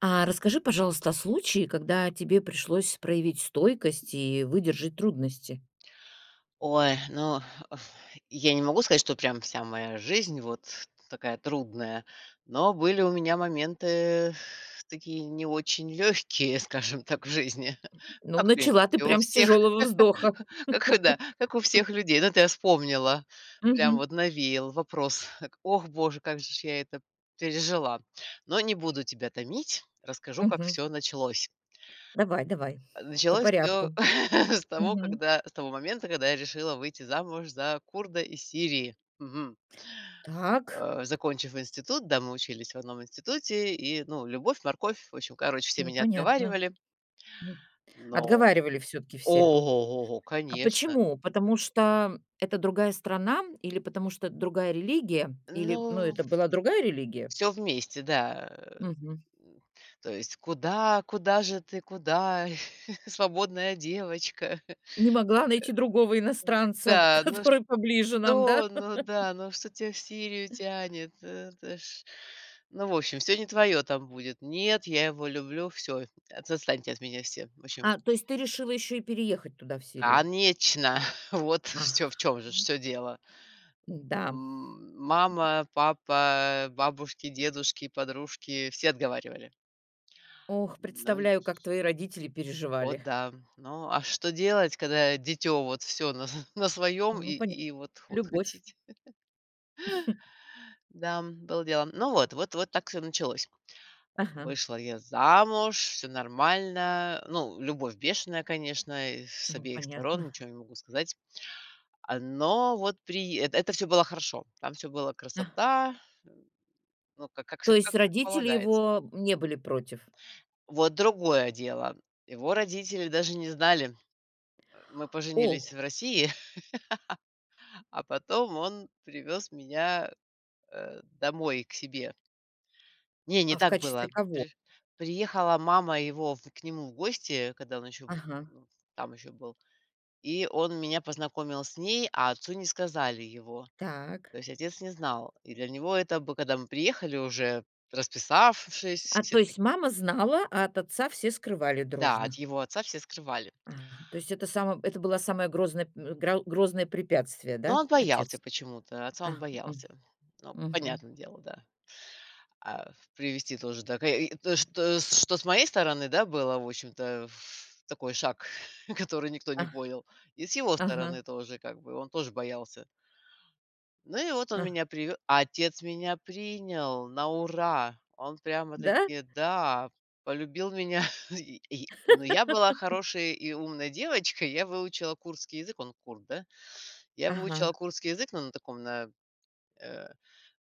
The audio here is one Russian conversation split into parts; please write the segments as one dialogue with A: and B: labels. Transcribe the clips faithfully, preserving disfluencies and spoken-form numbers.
A: А расскажи, пожалуйста, о случае, когда тебе пришлось проявить стойкость и выдержать трудности.
B: Ой, ну, я не могу сказать, что прям вся моя жизнь вот такая трудная, но были у меня моменты такие не очень легкие, скажем так, в жизни. Ну,
A: Ну,
B: Как, в
A: начала ты
B: принципе, у
A: прям с
B: всех,
A: тяжелого вздоха.
B: как, и да, как у всех людей. Ну, это я вспомнила, прям
A: Мгм.
B: вот навеял вопрос. Так, ох, боже, как же ж я это пережила. Но не буду тебя томить, расскажу, как
A: Мгм.
B: все началось.
A: Давай, давай.
B: А,
A: По
B: началось все
A: порядку.
B: с того,
A: Мгм.
B: когда с того момента, когда я решила выйти замуж за курда из Сирии. Мгм.
A: Так,
B: Э, закончив институт, да, мы учились в одном институте, и, ну, любовь, морковь, в общем, короче, все
A: ну
B: меня
A: понятно.
B: отговаривали,
A: М.
B: но
A: Отговаривали все-таки все.
B: ого,
A: А
B: конечно.
A: почему? Потому что это другая страна или потому что это другая религия? Или, ну,
B: Ну,
A: это была другая религия?
B: все вместе, да. Э,
A: Мгм.
B: то есть: «Куда, куда же ты, куда, свободная девочка?»
A: Не могла найти другого иностранца,
B: Да, ну
A: который поближе нам, да?
B: что? Ну да, ну что тебя в Сирию тянет? э, Это ж ну, в общем, все не твое там будет. Нет, я его люблю, все отстаньте от меня все. В общем,
A: А, то есть ты решила еще и переехать туда, в Сирию?
B: конечно, вот все
A: А,
B: в чем же все дело.
A: да.
B: М, мама, папа, бабушки, дедушки, подружки — все отговаривали.
A: Ох,
B: Ну, й
A: представляю, как твои родители
B: о
A: переживали.
B: да. Ну, а что делать, когда дитё вот все на на своем
A: Ну,
B: и
A: понятно.
B: и вот вот
A: Любовь.
B: хотите? Да, было дело. Ну вот вот вот так все началось.
A: Ага.
B: Вышла я замуж, все нормально. Ну, любовь бешеная, конечно, и с
A: Ну,
B: обеих сторон,
A: понятно.
B: ничего не могу сказать. А, но вот при это все было хорошо. Там все было
A: А.
B: красота, м, ну, как как все
A: То есть
B: как как
A: родители
B: полагается.
A: его не были против?
B: Вот другое дело. Его родители даже не знали. Э, мы
A: О,
B: поженились в России, а потом он привез меня, э, домой к себе. Не, не
A: а в
B: так было.
A: качестве кого?
B: При приехала мама его в к нему в гости, когда он еще
A: Ага.
B: там еще был. И он меня познакомил с ней, а отцу не сказали его.
A: Так.
B: То есть отец не знал. И для него это бы, когда мы приехали уже, расписавшись,
A: А,
B: все
A: то есть
B: таки
A: мама знала, а от отца все скрывали
B: да, от
A: дружно?
B: его отца все скрывали.
A: Ага. То есть это само это было самое грозное, м, гро грозное препятствие,
B: Но
A: да,
B: он боялся
A: отец?
B: почему-то, отца
A: А,
B: он
A: м,
B: боялся. Ну,
A: мгм.
B: понятное дело, да. А привести тоже, да. Ка- и то, что, э, что с моей стороны, да, было, в общем-то, в такой шаг, который никто
A: А,
B: не понял. И с его
A: ага,
B: стороны тоже, как бы, он тоже боялся. Ну и вот он
A: а,
B: меня привё а отец меня принял на ура. Он
A: да?
B: прямо-таки, да, полюбил меня. И и но я была хорошей и умной девочкой. Я выучила курдский язык, он курд, да. Я выучила
A: Ага.
B: курдский язык, но на таком, на, э,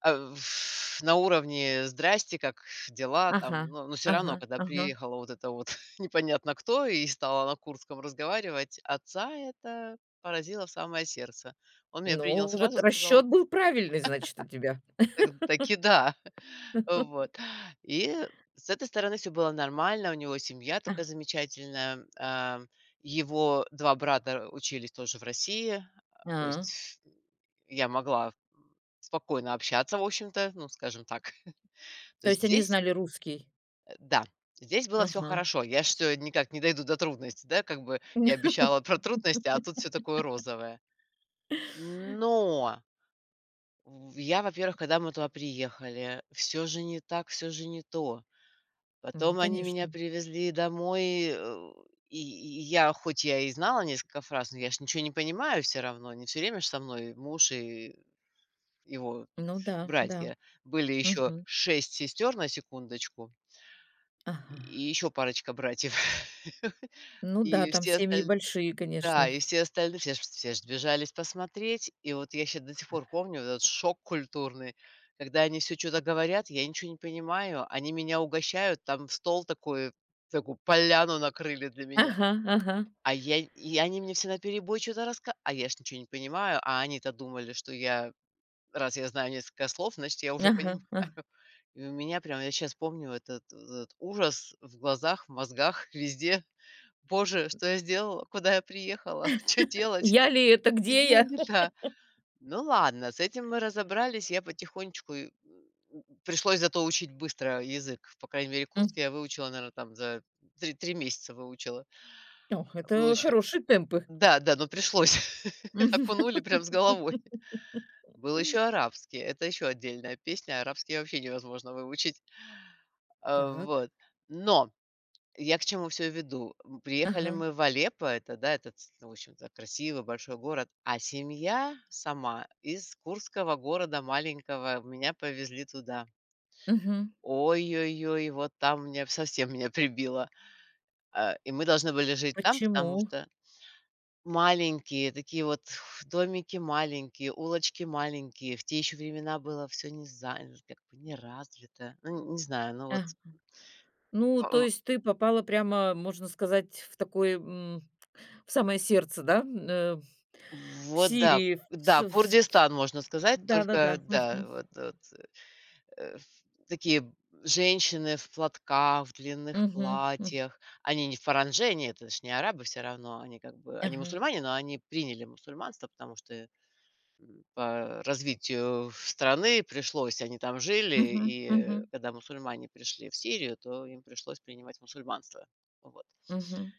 B: а, ф- на уровне «здрасте», как дела
A: Ага,
B: там. Но но всё равно,
A: ага,
B: когда
A: ага.
B: приехала вот это вот непонятно кто и стала на курдском разговаривать, отца это поразило в самое сердце. Он меня принял
A: Ну, вот
B: сразу, сказал,
A: расчет был правильный, значит, у тебя.
B: так таки да. Вот. И с этой стороны все было нормально. У него семья
A: А,
B: такая замечательная. А, его два брата учились тоже в России. А, то
A: а.
B: есть я могла спокойно общаться, в общем-то, ну, скажем так. То
A: То
B: есть
A: есть они
B: здесь,
A: знали русский?
B: э, да, здесь было все
A: Ага.
B: хорошо. Я ж никак не дойду до трудностей, да, как бы я обещала про трудности, а тут все такое розовое. Но в я, во-первых, когда мы туда приехали, все же не так, все же не то.
A: Ну,
B: Потом они меня
A: конечно.
B: привезли домой, э, и и я, хоть я и знала несколько фраз, но я ж ничего не понимаю все равно. Не все время ж со мной муж и его
A: Ну да, да.
B: братья. Были еще
A: Мгм.
B: шесть сестер, на секундочку,
A: Ага.
B: и еще парочка братьев.
A: Ну да,
B: И
A: там
B: все
A: семьи
B: остальные.
A: большие,
B: Да,
A: конечно.
B: и все остальные, все ж все ж сбежались посмотреть. И вот я сейчас до сих пор помню вот этот шок культурный, когда они все что то говорят, я ничего не понимаю, они меня угощают, там стол такой, такую поляну накрыли для меня.
A: Ага, ага,
B: А я и они мне все наперебой что то рассказывают, а я ж ничего не понимаю, а они-то думали, что я, раз я знаю несколько слов, значит, я уже
A: ага,
B: понимаю.
A: ага.
B: И у меня прям, я сейчас помню вот этот вот этот ужас в глазах, в мозгах, везде. Боже, что я сделала? Куда я приехала? Что делать?
A: Я ли это, где
B: Я
A: я?
B: да. Ну ладно, с этим мы разобрались. Я потихонечку и, м, пришлось зато учить быстро язык. По крайней мере,
A: М.
B: курский я выучила, наверное, там за три 3 месяца выучила.
A: Ох,
B: Был
A: это
B: еще
A: хорошие темпы.
B: да, да, но пришлось.
A: Мгм.
B: Окунули прям с головой. Был еще арабский. Это еще отдельная песня. Арабский вообще невозможно выучить. Э,
A: Так.
B: вот. Но я к чему все веду. М, приехали
A: Ага.
B: мы в Алеппо, это, да, этот, с в общем-то, красивый большой город, а семья сама из Курского города маленького, меня повезли туда.
A: Мгм.
B: Ой-ой-ой, вот там меня совсем меня прибило. А, и мы должны были жить там, потому
A: Почему?
B: что маленькие такие вот домики маленькие, улочки маленькие. В те еще времена было все не за как бы не развито. Ну, не знаю, ну вот
A: А. Ну, то есть ты попала прямо, можно сказать, в такой, в самое сердце, да, э,
B: вот да,
A: Сирии, в
B: да,
A: с в с
B: Курдистан, можно сказать, только
A: да-да-да.
B: да,
A: Мгм.
B: вот вот, э, в такие женщины в платках, в длинных
A: Мгм. М.
B: платьях. Они не в фаранжене, это ж не арабы все равно, они как бы они
A: Ага.
B: мусульмане, но они приняли мусульманство, потому что по развитию страны пришлось, они там жили,
A: Мгм. Мгм.
B: и когда мусульмане пришли в Сирию, то им пришлось принимать мусульманство. Вот.
A: Мгм.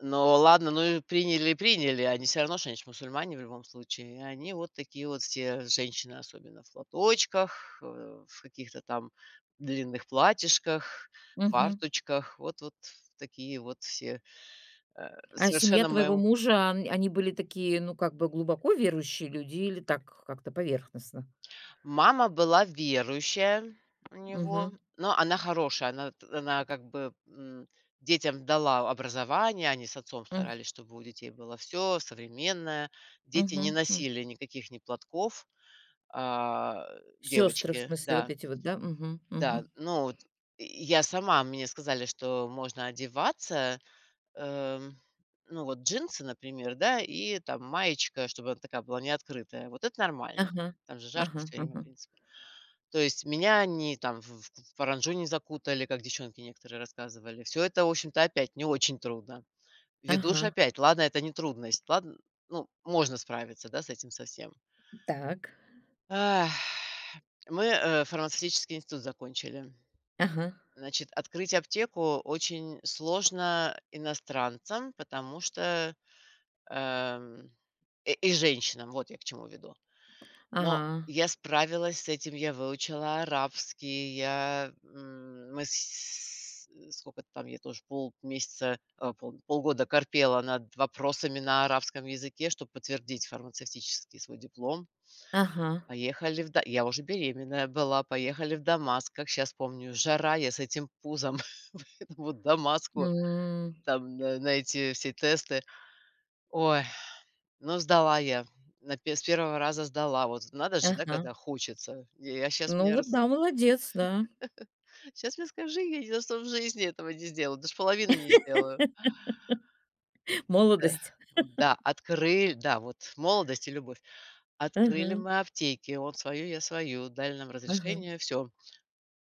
B: Ну ладно, ну и приняли, приняли. Они все равно ж, они ж мусульмане в любом случае. И они вот такие вот все женщины, особенно в платочках, э, в каких-то там длинных платьишках,
A: Мгм.
B: фарточках. Вот вот такие вот все, э,
A: А семья
B: совершенно
A: твоего
B: моему
A: мужа, ан они были такие, ну, как бы глубоко верующие люди или так как-то поверхностно?
B: мама была верующая у него,
A: Мгм.
B: но она хорошая. Она т она как бы, м, детям дала образование. Они с отцом
A: М.
B: старались, чтобы у детей было все современное. Дети не
A: Мгм. М.
B: носили никаких ни платков. А,
A: Сёстры, в
B: девочки,
A: смысле, вот
B: да,
A: эти вот, да? Мгм.
B: да.
A: Мгм.
B: Ну, вот я сама, мне сказали, что можно одеваться, эм, ну, вот джинсы, например, да, и там маечка, чтобы она такая была не открытая. Вот это нормально.
A: Ага.
B: Там же жарко
A: Ага.
B: все время, в
A: Ага.
B: принципе. То есть меня не там в в в паранджу не закутали, как девчонки некоторые рассказывали. Все это, в общем-то, опять не очень трудно.
A: Ага.
B: Ведушь опять. Ладно, это не трудность. Ладно, ну, можно справиться, да, с этим совсем.
A: Так.
B: Ах, мы, э, фармацевтический институт закончили.
A: Ага.
B: Значит, открыть аптеку очень сложно иностранцам, потому что, эм, и и женщинам, вот я к чему веду. Но
A: А.
B: я справилась с этим, я выучила арабский, я, м, мы с сколько там, я тоже полмесяца, э, пол полгода корпела над вопросами на арабском языке, чтобы подтвердить фармацевтический свой диплом.
A: Ага.
B: Поехали в да я уже беременная была, поехали в Дамаск. Как сейчас помню, жара, я с этим пузом этому Дамаску,
A: М.
B: там на на эти все тесты. Ой, ну сдала я. На пе С первого раза сдала. Вот надо же, да,
A: Ага.
B: когда хочется. Я сейчас
A: Ну
B: мне
A: вот
B: рас
A: да, молодец, да.
B: Щас мне скажи, я ни за что в жизни этого не сделаю, даже половины не сделаю. Э,
A: Молодость.
B: да, открыли, да, вот молодость и любовь. Открыли
A: Ага,
B: мы аптеки, он свою, я свою, дали нам
A: ага,
B: разрешение, все.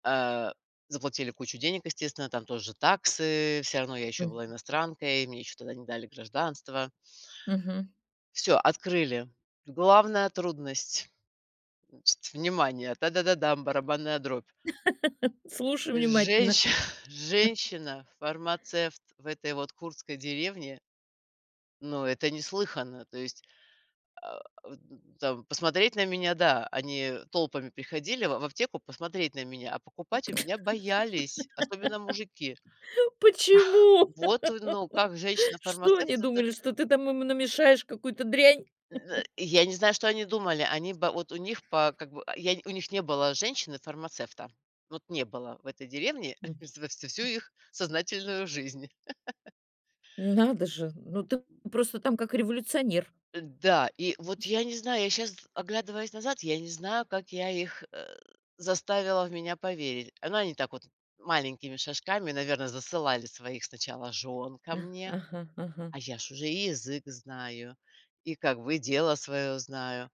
B: Э, Заплатили кучу денег, естественно, там тоже таксы. Все равно я еще была
A: м,
B: иностранкой, мне еще тогда не дали гражданство.
A: мгм.
B: Все, открыли. Главная трудность, значит, внимание, та-да-да-дам, барабанная дробь.
A: Слушай внимательно.
B: Женщи женщина, фармацевт в этой вот курдской деревне, ну, это неслыханно. То есть, а, вот там посмотреть на меня, да, они толпами приходили в в аптеку посмотреть на меня, а покупать у меня боялись, особенно мужики.
A: Ну почему?
B: Вот, э, ну, как
A: Что
B: женщина-фармацевт,
A: они
B: вот это
A: думали, что ты там им намешаешь какую-то дрянь?
B: э, э, я не знаю, что они думали. Они бы вот у них по как бы, а, я у них не было женщины-фармацевта. Вот не было в этой деревне
A: М,
B: за всю всю их сознательную жизнь.
A: надо же, ну ты просто там как революционер.
B: Э, Да, и вот я не знаю, я сейчас, оглядываясь назад, я не знаю, как я их, э, заставила в меня поверить. Ну, они так вот маленькими шажками, наверное, засылали своих сначала жен ко
A: А,
B: мне,
A: ага, ага,
B: а я ж уже и язык знаю, и как бы и дело свое знаю.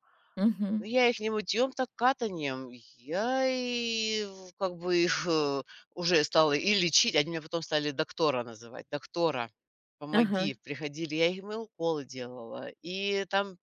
B: Ну,
A: мгм,
B: я их не мытьем, так катаньем. Я и в как бы их, э, уже стала и лечить. Они меня потом стали доктора называть. «Доктора,
A: ага.
B: помоги». Приходили, я им и уколы делала, и там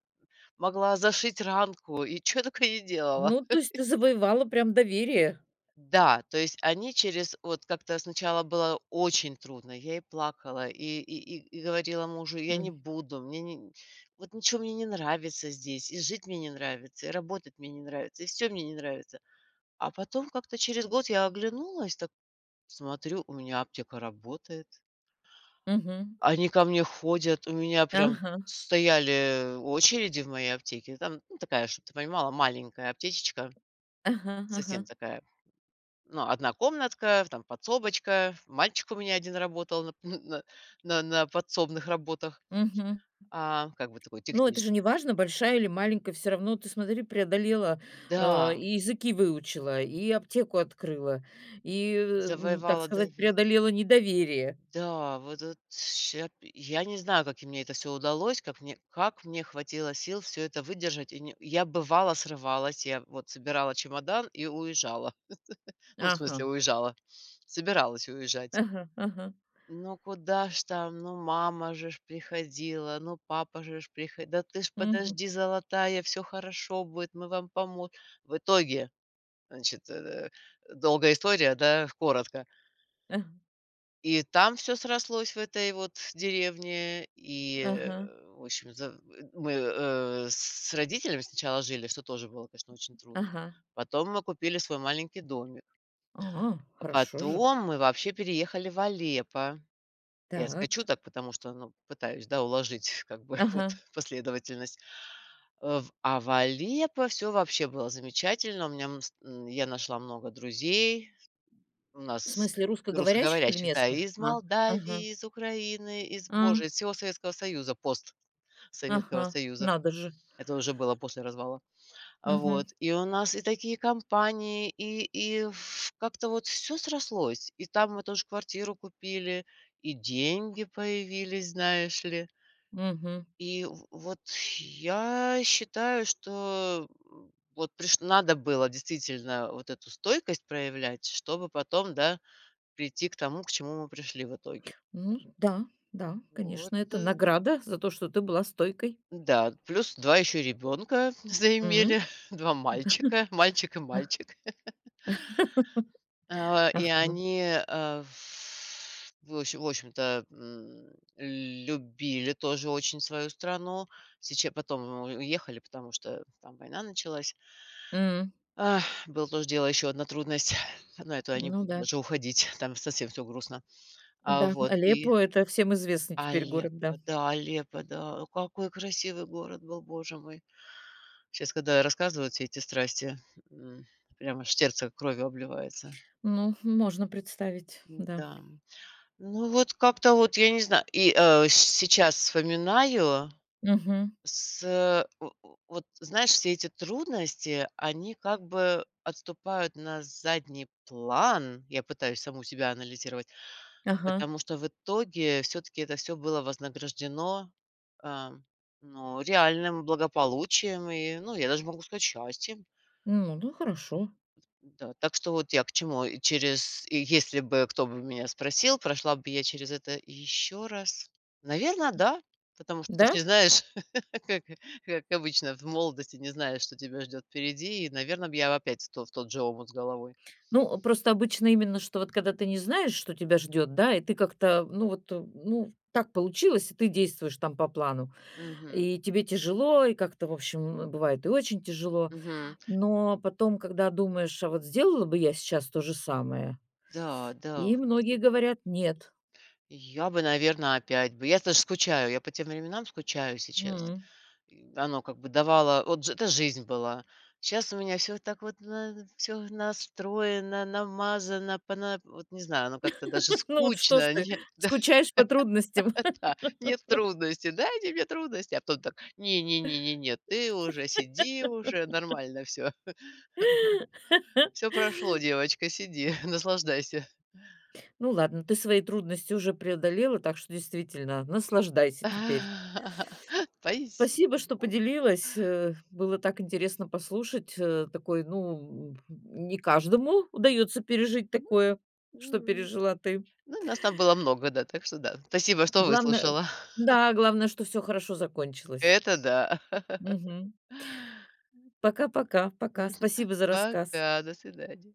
B: могла зашить ранку, и что только не делала.
A: Ну, то есть ты завоевала прям доверие.
B: Да, то есть они через вот как-то сначала было очень трудно. Я и плакала, и и и и говорила мужу: «Я не
A: М,
B: буду, мне не вот ничего мне не нравится здесь, и жить мне не нравится, и работать мне не нравится, и все мне не нравится». А потом как-то через год я оглянулась, так смотрю, у меня аптека работает.
A: мгм.
B: Они ко мне ходят, у меня прям
A: Ага,
B: стояли очереди в моей аптеке. Там, ну, такая, чтобы ты понимала, маленькая аптечечка,
A: ага,
B: совсем
A: ага,
B: такая, ну, одна комнатка, там подсобочка. Мальчик у меня один работал на, на, на- на подсобных работах, а, как бы такой
A: ну, это же
B: техничный.
A: не важно, большая или маленькая, все равно ты, смотри, преодолела, э,
B: Да,
A: и языки выучила, и аптеку открыла, и, э, м, так
B: завоевала
A: сказать,
B: доверие.
A: преодолела недоверие.
B: Да, вот вот ща п я не знаю, как и мне это все удалось, как мне как мне хватило сил все это выдержать. И не Я бывала срывалась, я вот собирала чемодан и уезжала. Ну, в
A: Ага,
B: смысле, уезжала, собиралась уезжать.
A: ага, ага,
B: Ну, куда ж там, ну, мама же ж приходила, ну, папа же ж приходил. «Да ты ж
A: мгм,
B: подожди, золотая, все хорошо будет, мы вам помо». В итоге, значит, э, долгая история, да, коротко.
A: ага,
B: И там все срослось в этой вот деревне. И, э,
A: ага,
B: в общем, за мы, э, с родителями сначала жили, что тоже было, конечно, очень трудно.
A: ага.
B: Потом мы купили свой маленький домик.
A: А,
B: А
A: хорошо же.
B: потом мы вообще переехали в Алеппо. Я скачу
A: Так,
B: так, потому что, ну, пытаюсь, да, уложить как бы вот
A: ага.
B: последовательность. Э, в а в Алеппо всё вообще было замечательно. У меня, м, ст я нашла много друзей. У
A: В
B: нас
A: смысле русскоговорящих или
B: русскоговорящих, да,
A: местных?
B: из
A: А, ага,
B: Молдавии, из Украины, из,
A: а,
B: боже, из всего Советского Союза, пост Советского
A: ага,
B: Союза.
A: надо же.
B: Это уже было после развала. А,
A: Мгм,
B: вот. И у нас и такие компании, и и ф как-то вот все срослось. И там мы тоже квартиру купили, и деньги появились, знаешь ли.
A: мгм.
B: И в Вот я считаю, что, м, вот приш надо было действительно вот эту стойкость проявлять, чтобы потом, да, прийти к тому, к чему мы пришли в итоге.
A: Ну да, да,
B: Вот,
A: конечно, это
B: э,
A: награда за то, что ты была стойкой.
B: да, плюс два еще ребенка
A: М.
B: заимели, два мальчика, мальчик и мальчик. А, и
A: Ах,
B: они, э, в в общем, в общем-то, м, любили тоже очень свою страну. Сече Потом мы уехали, потому что там война началась.
A: м,
B: Ах, было тоже дело, еще одна трудность, но это я не
A: ну
B: буду
A: да,
B: даже уходить, там совсем все грустно. А,
A: да,
B: вот и
A: Алеппо — это всем известный теперь город,
B: Алеппо,
A: да.
B: да, Алеппо, да. О, какой красивый город был, боже мой. Сейчас, когда рассказывают все эти страсти, м, прямо аж сердце кровью обливается.
A: Ну, можно представить, да.
B: Да. Ну, вот как-то вот, я не знаю. И, э, щ- сейчас вспоминаю
A: Мгм.
B: с о о вот, знаешь, все эти трудности, они как бы отступают на задний план. Я пытаюсь саму себя анализировать.
A: Ага.
B: Потому что в итоге все таки это все было вознаграждено, а, ну, реальным благополучием и, ну, я даже могу сказать, счастьем.
A: Ну, ну, хорошо.
B: Да, так что вот я к чему. И через и Если бы кто бы меня спросил, прошла бы я через это еще раз? Наверное, да, потому что ты ж
A: Да?
B: не знаешь, как как обычно в молодости не знаешь, что тебя ждет впереди, и, наверное, б я опять в то в тот же омут с головой.
A: Ну, просто обычно именно, что вот когда ты не знаешь, что тебя ждет, да, и ты как-то, ну вот, э, ну, так получилось, и ты действуешь там по плану.
B: Мгм,
A: И тебе тяжело, и как-то, в общем, э, бывает и очень тяжело.
B: мгм.
A: Но потом, когда думаешь: «А вот сделала бы я сейчас то же самое?»
B: Да, да,
A: И
B: вот.
A: многие говорят: «Нет».
B: Я бы, наверное, опять бы. Я даже скучаю, я по тем временам скучаю сейчас. И оно как бы давало вот ж это жизнь была. Сейчас у меня все так вот все настроено, намазано, пона вот не знаю, оно как-то даже
A: Ну вот что ж
B: скучно.
A: ты,
B: Нет,
A: скучаешь по
B: да-да,
A: трудностям.
B: нет трудностей. Дайте мне трудности. А потом так: «Не не не не не, ты уже сиди уже, нормально все. Все прошло, девочка, сиди, наслаждайся».
A: Ну ладно, ты свои трудности уже преодолела, так что действительно наслаждайся теперь.
B: Спасибо,
A: Спасибо, что
B: буду.
A: поделилась. э, Было так интересно послушать. э, Такой, ну, м, не каждому удается пережить
B: М.
A: такое, что
B: М.
A: пережила ты.
B: Ну, нас там было много, да, так что да. Спасибо, что
A: Главное,
B: выслушала.
A: да, главное, что все хорошо закончилось.
B: Это да.
A: Мгм. Пока-пока, пока.
B: Мгм.
A: Спасибо за рассказ.
B: Пока, до свидания.